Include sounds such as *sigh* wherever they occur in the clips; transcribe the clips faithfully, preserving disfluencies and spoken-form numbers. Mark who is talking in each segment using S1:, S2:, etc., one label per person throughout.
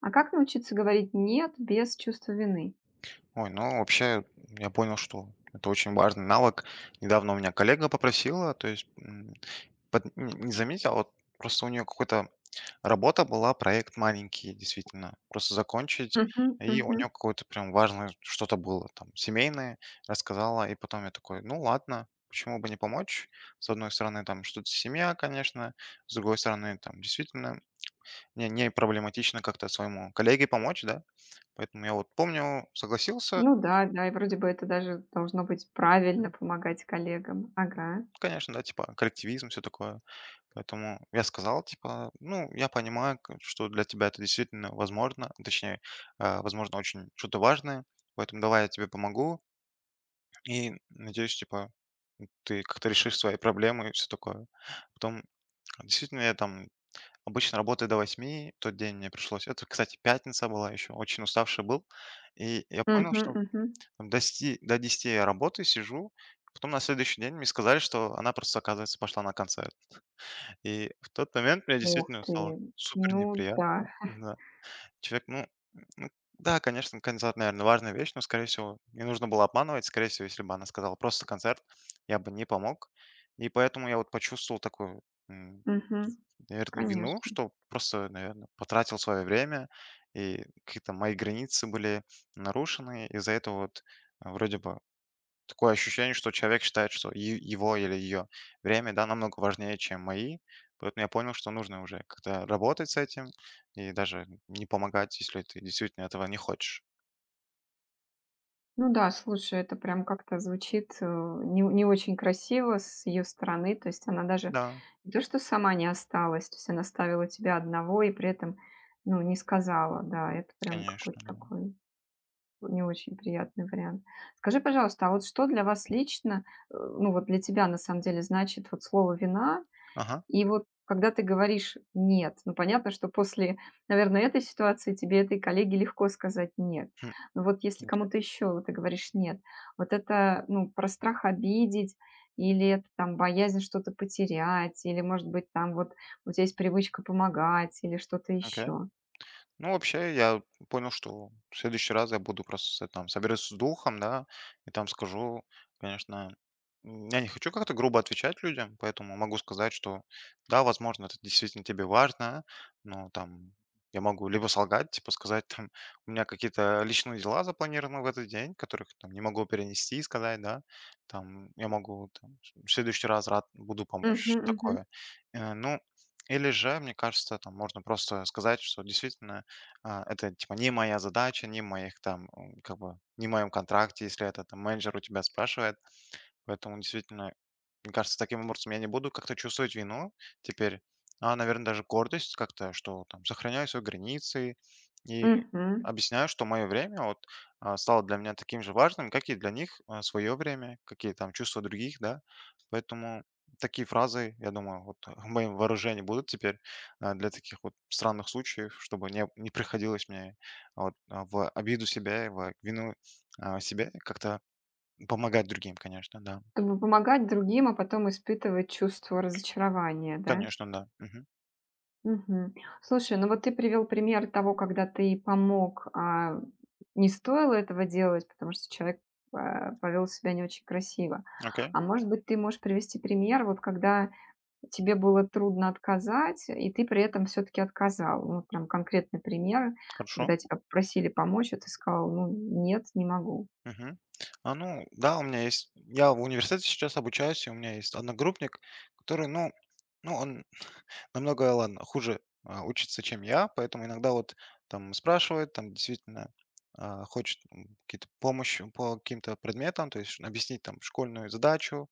S1: А как научиться говорить "нет" без чувства вины?
S2: Ой, ну вообще, я понял, что это очень важный навык. Недавно у меня коллега попросила, то есть м, под- н- не заметил, вот просто у нее какой-то работа была, проект маленький, действительно, просто закончить,
S1: Мгм,
S2: и у
S1: мгм.
S2: нее какое-то прям важное что-то было, там, семейное, рассказала, и потом я такой, ну ладно, почему бы не помочь? С одной стороны, там, что-то семья, конечно, с другой стороны, там, действительно, не, не проблематично как-то своему коллеге помочь, да, поэтому я вот помню, согласился.
S1: Ну да, да, и вроде бы это даже должно быть правильно помогать коллегам. Ага.
S2: Ну, конечно, да, типа коллективизм, все такое. Поэтому я сказал, типа, ну, я понимаю, к что для тебя это действительно возможно, точнее, а, возможно, очень что-то важное, поэтому давай я тебе помогу. И надеюсь, типа, ты как-то решишь свои проблемы и все такое. Потом, действительно, я там обычно работаю до восьми, тот день мне пришлось это, кстати, пятница была еще, очень уставший был. И я
S1: Мгм,
S2: понял, что
S1: мгм.
S2: там до десяти до десяти я работаю, сижу, потом на следующий день мне сказали, что она просто, оказывается, пошла на концерт. И в тот момент мне
S1: Ух
S2: действительно
S1: ты.
S2: стало супер
S1: Ну да.
S2: неприятно. Да. Человек, ну, ну да, конечно, концерт, наверное, важная вещь, но, скорее всего, не нужно было обманывать. Скорее всего, если бы она сказала просто концерт, я бы не помог. И поэтому я вот почувствовал такую, м,
S1: Мгм.
S2: наверное, вину,
S1: Конечно.
S2: что просто, наверное, потратил свое время, и какие-то мои границы были нарушены. Из-за этого вот э, вроде бы такое ощущение, что человек считает, что е его или ее время, да, намного важнее, чем мои. Поэтому я понял, что нужно уже как-то работать с этим и даже не помогать, если ты действительно этого не хочешь.
S1: Ну да, слушай, это прям как-то звучит, э, не не очень красиво с ее стороны. То есть она даже
S2: Да,
S1: не то что сама не осталась, то есть она ставила тебя одного и при этом, ну, не сказала. Да, это прям
S2: конечно,
S1: какой-то
S2: да.
S1: такой вот не очень приятный вариант. Скажи, пожалуйста, а вот что для вас лично, э, ну вот для тебя на самом деле значит вот слово "вина"?
S2: Ага.
S1: И вот когда ты говоришь "нет", ну, понятно, что после, наверное, этой ситуации тебе, этой коллеге легко сказать "нет".
S2: Хм.
S1: Но вот если
S2: Окей,
S1: кому-то еще ты говоришь "нет", вот это, ну, про страх обидеть или это там боязнь что-то потерять, или, может быть, там вот у тебя есть привычка помогать или что-то
S2: окей.
S1: еще?
S2: Ну, вообще, я понял, что в следующий раз я буду просто там соберусь с духом, да, и там скажу, конечно, м, я не хочу как-то грубо отвечать людям, поэтому могу сказать, что да, возможно, это действительно тебе важно, но там я могу либо солгать, типа сказать, там, у меня какие-то личные дела запланированы в этот день, которых там не могу перенести, сказать, да, там, я могу там, в следующий раз рад буду помочь, что
S1: Мгм,
S2: такое. Э, Ну, или же, мне кажется, там можно просто сказать, что действительно а, это типа не моя задача, не моих там, м, как бы, не в моем контракте, если это там менеджер у тебя спрашивает. Поэтому действительно, мне кажется, таким образом я не буду как-то чувствовать вину теперь, а, наверное, даже гордость как-то, что там сохраняю свои границы и
S1: мгм, мгм.
S2: объясняю, что мое время вот а, стало для меня таким же важным, как и для них свое время, какие там чувства других, да. Поэтому такие фразы, я думаю, вот *laughs* в моем вооружении будут теперь, а, для таких вот странных случаев, чтобы не, не приходилось мне а, вот, а, в обиду себя, и в вину а, себя как-то помогать другим, конечно, да.
S1: Как бы помогать другим, а потом испытывать чувство разочарования, да?
S2: Конечно, да. Мгм.
S1: Мгм. Слушай, ну вот ты привел пример того, когда ты помог, а не стоило этого делать, потому что человек, а, повел себя не очень красиво.
S2: Окей,
S1: А может быть, ты можешь привести пример, вот когда тебе было трудно отказать, и ты при этом все-таки отказал? Ну, прям конкретный пример,
S2: хорошо.
S1: когда тебя попросили помочь, а ты сказал: "Ну, нет, не могу".
S2: Мгм. А, ну да, у меня есть я в университете сейчас обучаюсь, и у меня есть одногруппник, который, ну ну, он намного, э, ладно, хуже, а, учится, чем я, поэтому иногда вот там спрашивает, там действительно, а, хочет, м, какие-то помощь по каким-то предметам, то есть ш объяснить там школьную задачу.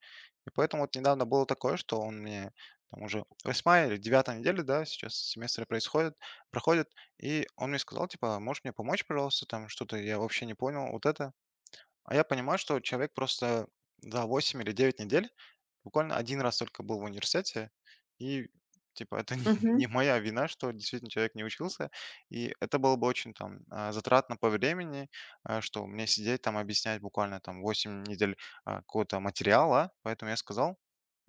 S2: И поэтому вот недавно было такое, что он мне там уже восьмая или девятая неделя, да, сейчас семестры происходят проходят, и он мне сказал, типа: «А "Можешь мне помочь, пожалуйста, там что-то я вообще не понял, вот это». А я понимаю, что человек просто за восемь или девять недель буквально один раз только был в университете, и типа это не *laughs*
S1: Мгм,
S2: не моя вина, что действительно человек не учился. И это было бы очень там, а, затратно по времени, а, что мне сидеть там объяснять буквально там восемь недель, а, какого-то материала. Поэтому я сказал,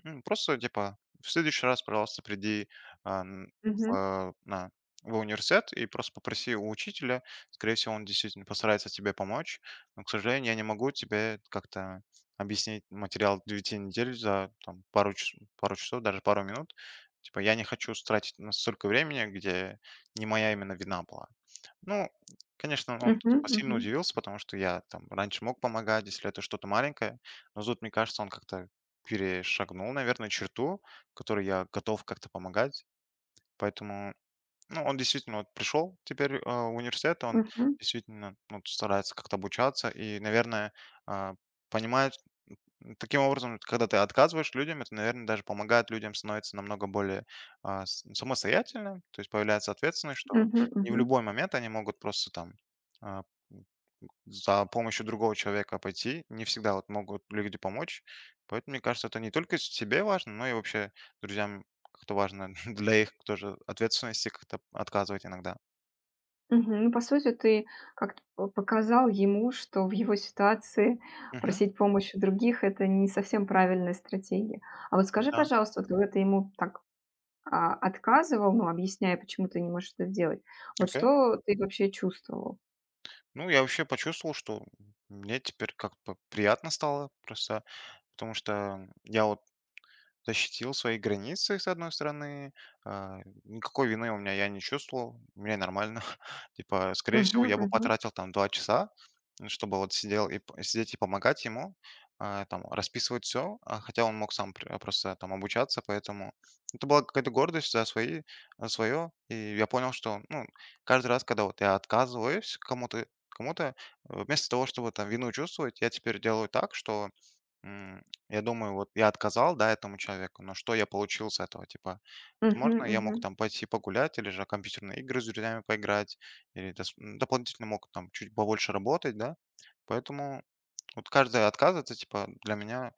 S2: М, просто типа в следующий раз, пожалуйста, приди, а, н
S1: мгм,
S2: в на в университет и просто попроси у учителя. Скорее всего, он действительно постарается тебе помочь. Но, к сожалению, я не могу тебе как-то объяснить материал девяти недель за там пару ч пару часов, даже пару минут. Типа я не хочу тратить на столько времени, где не моя именно вина была. Ну, конечно, он
S1: мгм,
S2: типа сильно
S1: мгм,
S2: удивился, потому что я там раньше мог помогать, если это что-то маленькое. Но тут, мне кажется, он как-то перешагнул, наверное, черту, которой я готов как-то помогать. Поэтому, ну, он действительно вот пришел теперь, а, в университет, он
S1: мгм,
S2: действительно, ну, старается как-то обучаться и, наверное, а, понимает. Таким образом, вот когда ты отказываешь людям, это, наверное, даже помогает людям становиться намного более а, с- самостоятельным, то есть появляется ответственность, что
S1: мгм,
S2: не в
S1: мгм.
S2: любой момент они могут просто там а, за помощью другого человека пойти, не всегда вот могут люди помочь, поэтому мне кажется, это не только себе важно, но и вообще друзьям как-то важно *laughs* для их тоже ответственности как-то отказывать иногда.
S1: Мгм. Ну, по сути, ты как-то п показал ему, что в его ситуации
S2: Мгм.
S1: просить помощи у других — это не совсем правильная стратегия. А вот скажи,
S2: Да,
S1: пожалуйста, вот когда ты ему так, а, отказывал, ну, объясняя, почему ты не можешь это сделать, вот
S2: окей.
S1: что ты вообще чувствовал?
S2: Ну, я вообще почувствовал, что мне теперь как-то приятно стало просто, потому что я вот защитил свои границы, с одной стороны. А, никакой вины у меня я не чувствовал, мне нормально. *laughs* Типа, скорее
S1: Мгм,
S2: всего, я бы
S1: мгм.
S2: потратил там два часа, ну, чтобы вот сидел и п сидеть и помогать ему, а, там расписывать все, хотя он мог сам пр просто там обучаться, поэтому это была какая-то гордость за свои свое. И я понял, что, ну, каждый раз, когда вот я отказываюсь кому-то кому-то, э, вместо того, чтобы там вину чувствовать, я теперь делаю так, что, я думаю, вот я отказал, да, этому человеку, но что я получил с этого? Типа,
S1: Мгм,
S2: возможно, я мог
S1: мгм.
S2: там пойти погулять или же компьютерные игры с друзьями поиграть, или дос- м, дополнительно мог там чуть побольше работать, да. Поэтому вот каждый отказ, это типа для меня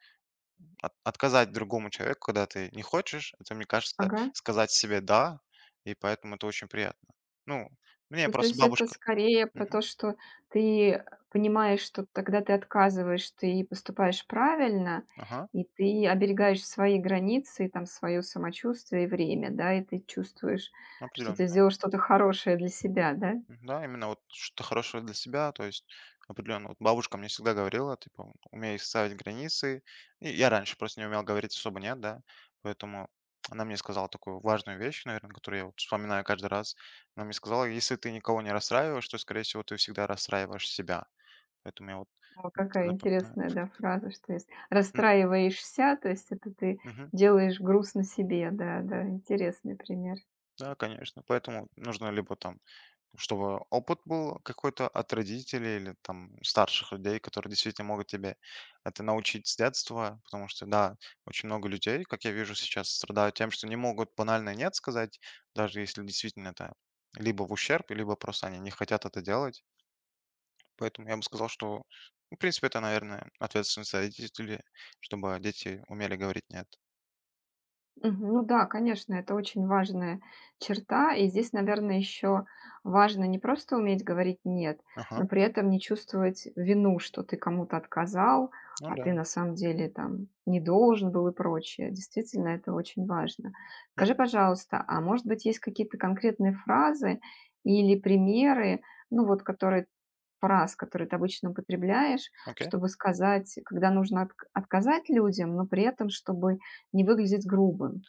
S2: от- отказать другому человеку, когда ты не хочешь, это, мне кажется,
S1: Ага.
S2: сказать себе «да», и поэтому это очень приятно. Ну, мне
S1: Ну, то
S2: просто
S1: есть это
S2: бабушка...
S1: скорее про
S2: Мгм.
S1: то, что ты понимаешь, что тогда ты отказываешь, ты поступаешь правильно,
S2: Ага,
S1: и ты оберегаешь свои границы, и там свое самочувствие и время, да, и ты чувствуешь, что
S2: определенно.
S1: ты сделал что-то хорошее для себя, да?
S2: Да, именно вот что-то хорошее для себя, то есть определенно. Вот бабушка мне всегда говорила, типа, умей ставить границы. И я раньше просто не умел говорить особо нет, да, поэтому она мне сказала такую важную вещь, наверное, которую я вот вспоминаю каждый раз. Она мне сказала, если ты никого не расстраиваешь, то, скорее всего, ты всегда расстраиваешь себя. Поэтому я вот
S1: О,
S2: это
S1: какая
S2: запоминаю.
S1: интересная, да, фраза, что если
S2: Мгм.
S1: расстраиваешься, то есть это ты делаешь грустно себе, да, да, интересный пример.
S2: Да, конечно. Поэтому нужно либо там чтобы опыт был какой-то от родителей или там старших людей, которые действительно могут тебе это научить с детства, потому что, да, очень много людей, как я вижу сейчас, страдают тем, что не могут банально нет сказать, даже если действительно это либо в ущерб, либо просто они не хотят это делать. Поэтому я бы сказал, что, ну, в принципе, это, наверное, ответственность родителей, чтобы дети умели говорить нет.
S1: Мгм. Ну да, конечно, это очень важная черта. И здесь, наверное, еще важно не просто уметь говорить «нет»,
S2: Ага,
S1: но при этом не чувствовать вину, что ты кому-то отказал,
S2: ну
S1: а
S2: да.
S1: ты на самом деле там не должен был и прочее. Действительно, это очень важно.
S2: Хм,
S1: Скажи, пожалуйста, а может быть, есть какие-то конкретные фразы или примеры, ну вот, которые фраз, которые ты обычно употребляешь,
S2: окей.
S1: чтобы сказать, когда нужно отк- отказать людям, но при этом, чтобы не выглядеть грубым.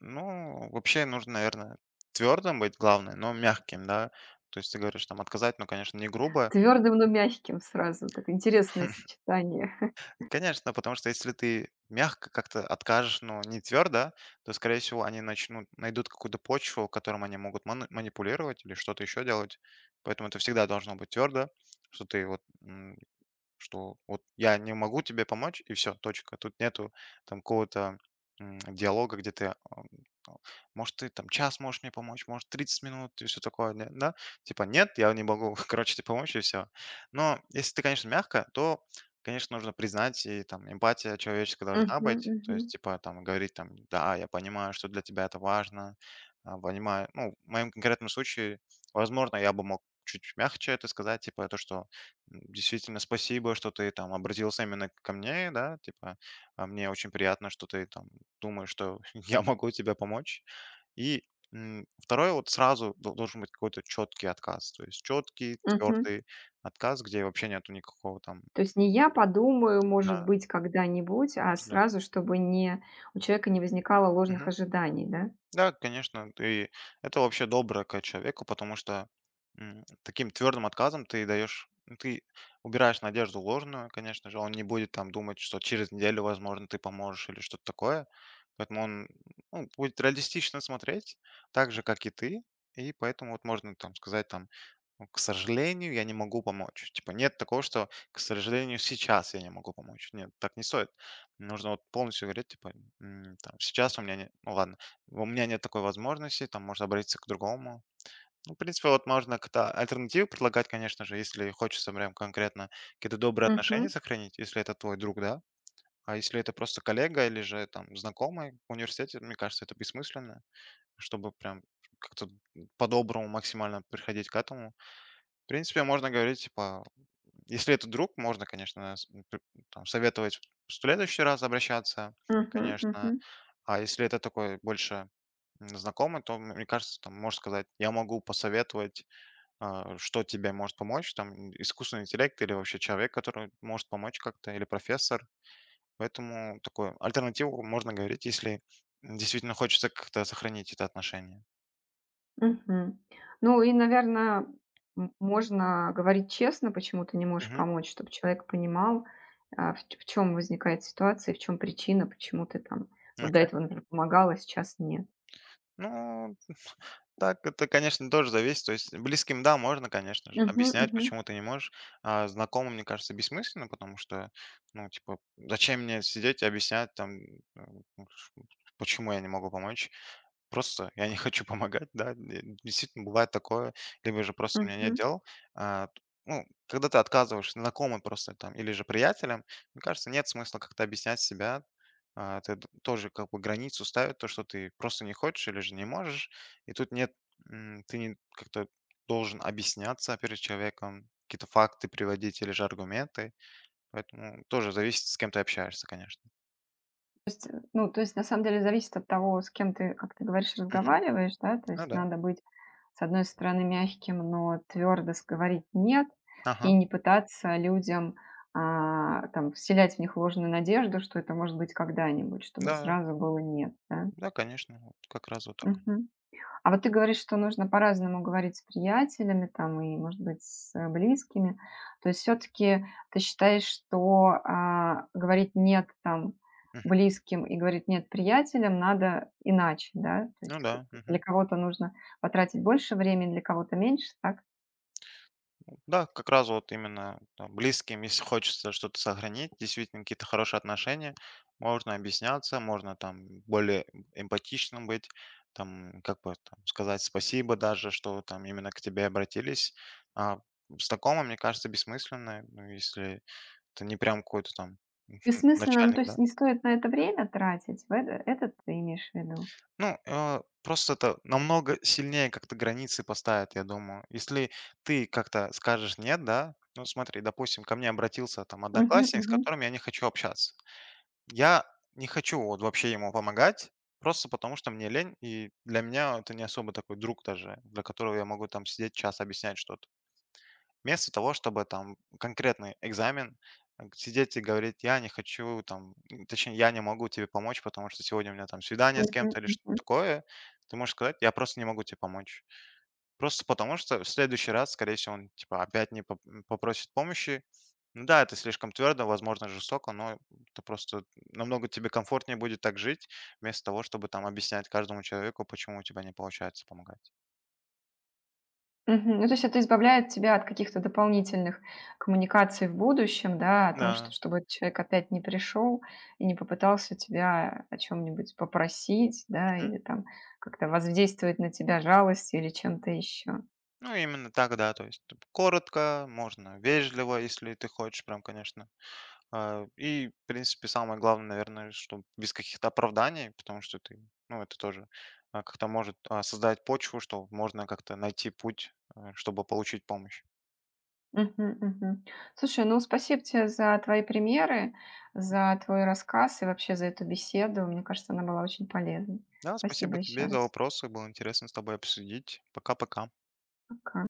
S2: Ну, вообще нужно, наверное, твердым быть, главное, но мягким, да. То есть ты говоришь, там, отказать, ну, конечно, не грубо.
S1: Твердым, но мягким сразу. Так интересное сочетание.
S2: Конечно, потому что если ты мягко как-то откажешь, но не твердо, то, скорее всего, они начнут, найдут какую-то почву, которым они могут ман- манипулировать или что-то еще делать. Поэтому это всегда должно быть твердо, что ты вот, м, Что вот я не могу тебе помочь, и все точка. Тут нету там какого-то, м, диалога, где ты, ам, там, может, ты там час можешь мне помочь, может, тридцать минут и все такое, н да. Типа: «Нет, я не могу, *laughs* короче, тебе помочь», — и все. Но если ты, конечно, мягко, то, конечно, нужно признать, и там эмпатия человеческая
S1: Мгм,
S2: должна быть. То
S1: мгм,
S2: есть, типа, там говорить там: «Да, я понимаю, что для тебя это важно, а, понимаю». Ну, в моем конкретном случае, возможно, я бы мог чуть мягче это сказать, типа то, что действительно, спасибо, что ты там обратился именно ко мне, да, типа, а, мне очень приятно, что ты там думаешь, что *laughs* я могу тебе помочь. И м, второе, вот сразу дол- должен быть какой-то четкий отказ, то есть четкий,
S1: мгм.
S2: твердый отказ, где вообще нету никакого там,
S1: То есть не я подумаю, может
S2: да,
S1: быть, когда-нибудь, а
S2: да.
S1: сразу, чтобы не у человека не возникало ложных ожиданий, да?
S2: Да, конечно, ты это вообще добро к человеку, потому что, м, таким твердым отказом ты даешь, ну, ты убираешь надежду ложную, конечно же, он не будет там думать, что через неделю, возможно, ты поможешь или что-то такое, поэтому он, ну, будет реалистично смотреть, так же, как и ты, и поэтому вот можно там сказать там, ну, к сожалению, я не могу помочь. Типа нет такого, что, к сожалению, сейчас я не могу помочь. Нет, так не стоит. Нужно вот полностью говорить, типа, м, там, сейчас у меня нет, ну ладно, у меня нет такой возможности, там, можно обратиться к другому. Ну, в принципе, вот можно как-то альтернативы предлагать, конечно же, если хочется прям конкретно какие-то добрые
S1: Мгм,
S2: отношения сохранить, если это твой друг, да. А если это просто коллега или же там знакомый в университете, мне кажется, это бессмысленно, чтобы прям как-то по-доброму максимально приходить к этому. В принципе, можно говорить, типа, если это друг, можно, конечно, с- п- там, советовать в следующий раз обращаться,
S1: мгм,
S2: конечно.
S1: мгм,
S2: А если это такой больше, м, знакомый, то, м- мне кажется, там, можешь сказать, я могу посоветовать, а, что тебе может помочь, там, м, искусственный интеллект или вообще человек, который может помочь как-то, или профессор. Поэтому такую альтернативу можно говорить, если действительно хочется как-то сохранить это отношение.
S1: мгм. Ну и, наверное, можно говорить честно, почему ты не можешь
S2: Мгм.
S1: помочь, чтобы человек понимал, а, в чем возникает ситуация, в чем причина, почему ты там вот до
S2: Окей.
S1: этого, например, помогала, а сейчас нет.
S2: Ну, так, это, конечно, тоже зависит. То есть близким, да, можно, конечно же,
S1: Мгм,
S2: объяснять,
S1: мгм.
S2: почему ты не можешь. А знакомым, мне кажется, бессмысленно, потому что, ну, типа, зачем мне сидеть и объяснять, там, э, ну, ш- почему я не могу помочь. Просто я не хочу помогать, да, д действительно бывает такое, либо же просто у меня
S1: Мгм.
S2: нет дел. А, т ну, когда ты отказываешь знакомым просто там или же приятелям, мне кажется, нет смысла как-то объяснять себя. А, ты д тоже как бы границу ставит, то, что ты просто не хочешь или же не можешь. И тут нет, м, ты не как-то должен объясняться перед человеком, какие-то факты приводить или же аргументы. Поэтому тоже зависит, с кем ты общаешься, конечно.
S1: То есть, э, ну, то есть, на самом деле, зависит от того, с кем ты, как ты говоришь,
S2: Мгм.
S1: разговариваешь, да, то
S2: Ну
S1: есть
S2: да.
S1: надо быть, с одной стороны, мягким, но твердо говорить «нет» и
S2: Ага.
S1: не пытаться людям, а, там, вселять в них ложную надежду, что это может быть когда-нибудь, чтобы
S2: Да,
S1: сразу было «нет», да?
S2: да, конечно, вот как раз вот так.
S1: Мгм. А вот ты говоришь, что нужно по-разному говорить с приятелями, там, и, может быть, с э, близкими. То есть все-таки ты считаешь, что а, говорить нет там близким и говорить нет приятелям надо иначе, да? То
S2: Ну
S1: есть как
S2: да,
S1: для
S2: мгм.
S1: кого-то нужно потратить больше времени, для кого-то меньше, так?
S2: Да, как раз вот именно там близким, если хочется что-то сохранить, действительно какие-то хорошие отношения, можно объясняться, можно там более эмпатичным быть, там, как бы там, сказать спасибо даже, что там именно к тебе обратились. А с такого, мне кажется, бессмысленно, ну, если это не прям какой-то там *laughs*
S1: Бессмысленно, ну, то
S2: начальник, да.
S1: есть не стоит на это время тратить, в это, это ты имеешь в виду?
S2: Ну, э, просто это намного сильнее как-то границы поставит, я думаю. Если ты как-то скажешь нет, да, ну смотри, допустим, ко мне обратился там
S1: Мгм,
S2: одноклассник, с
S1: мгм,
S2: которым я не хочу общаться. Я не хочу вот вообще ему помогать, просто потому что мне лень, и для меня это не особо такой друг даже, для которого я могу там сидеть час объяснять что-то. Вместо того, чтобы там конкретный экзамен, э, сидеть и говорить: «Я не хочу там, м, точнее, я не могу тебе помочь, потому что сегодня у меня там свидание с
S1: мгм,
S2: кем-то» или что-то
S1: мгм.
S2: такое. Ты можешь сказать: «Я просто не могу тебе помочь». Просто потому, что в следующий раз, скорее всего, он типа опять не поп м, попросит помощи. Ну да, это слишком твердо, возможно, жестоко, но это просто намного тебе комфортнее будет так жить, вместо того, чтобы там объяснять каждому человеку, почему у тебя не получается помогать.
S1: Мгм. Ну, то есть это избавляет тебя от каких-то дополнительных коммуникаций в будущем, да, о том, что
S2: Да.
S1: чтобы этот человек опять не пришел и не попытался тебя о чем-нибудь попросить, да, или там как-то воздействовать на тебя жалостью или чем-то еще.
S2: Ну, именно так, да. То есть типа коротко, можно вежливо, если ты хочешь, прям, конечно. А, И, в принципе, самое главное, наверное, что без каких-то оправданий, потому что ты, ну, это тоже, а, как-то может, а, создать почву, что можно как-то найти путь, а, чтобы получить помощь.
S1: Мгм, мгм. Слушай, ну спасибо тебе за твои примеры, за твой рассказ и вообще за эту беседу. Мне кажется, она была очень полезной.
S2: Да, спасибо
S1: Спасибо еще
S2: тебе за
S1: раз.
S2: вопросы, было интересно с тобой обсудить. Пока-пока.
S1: Пока.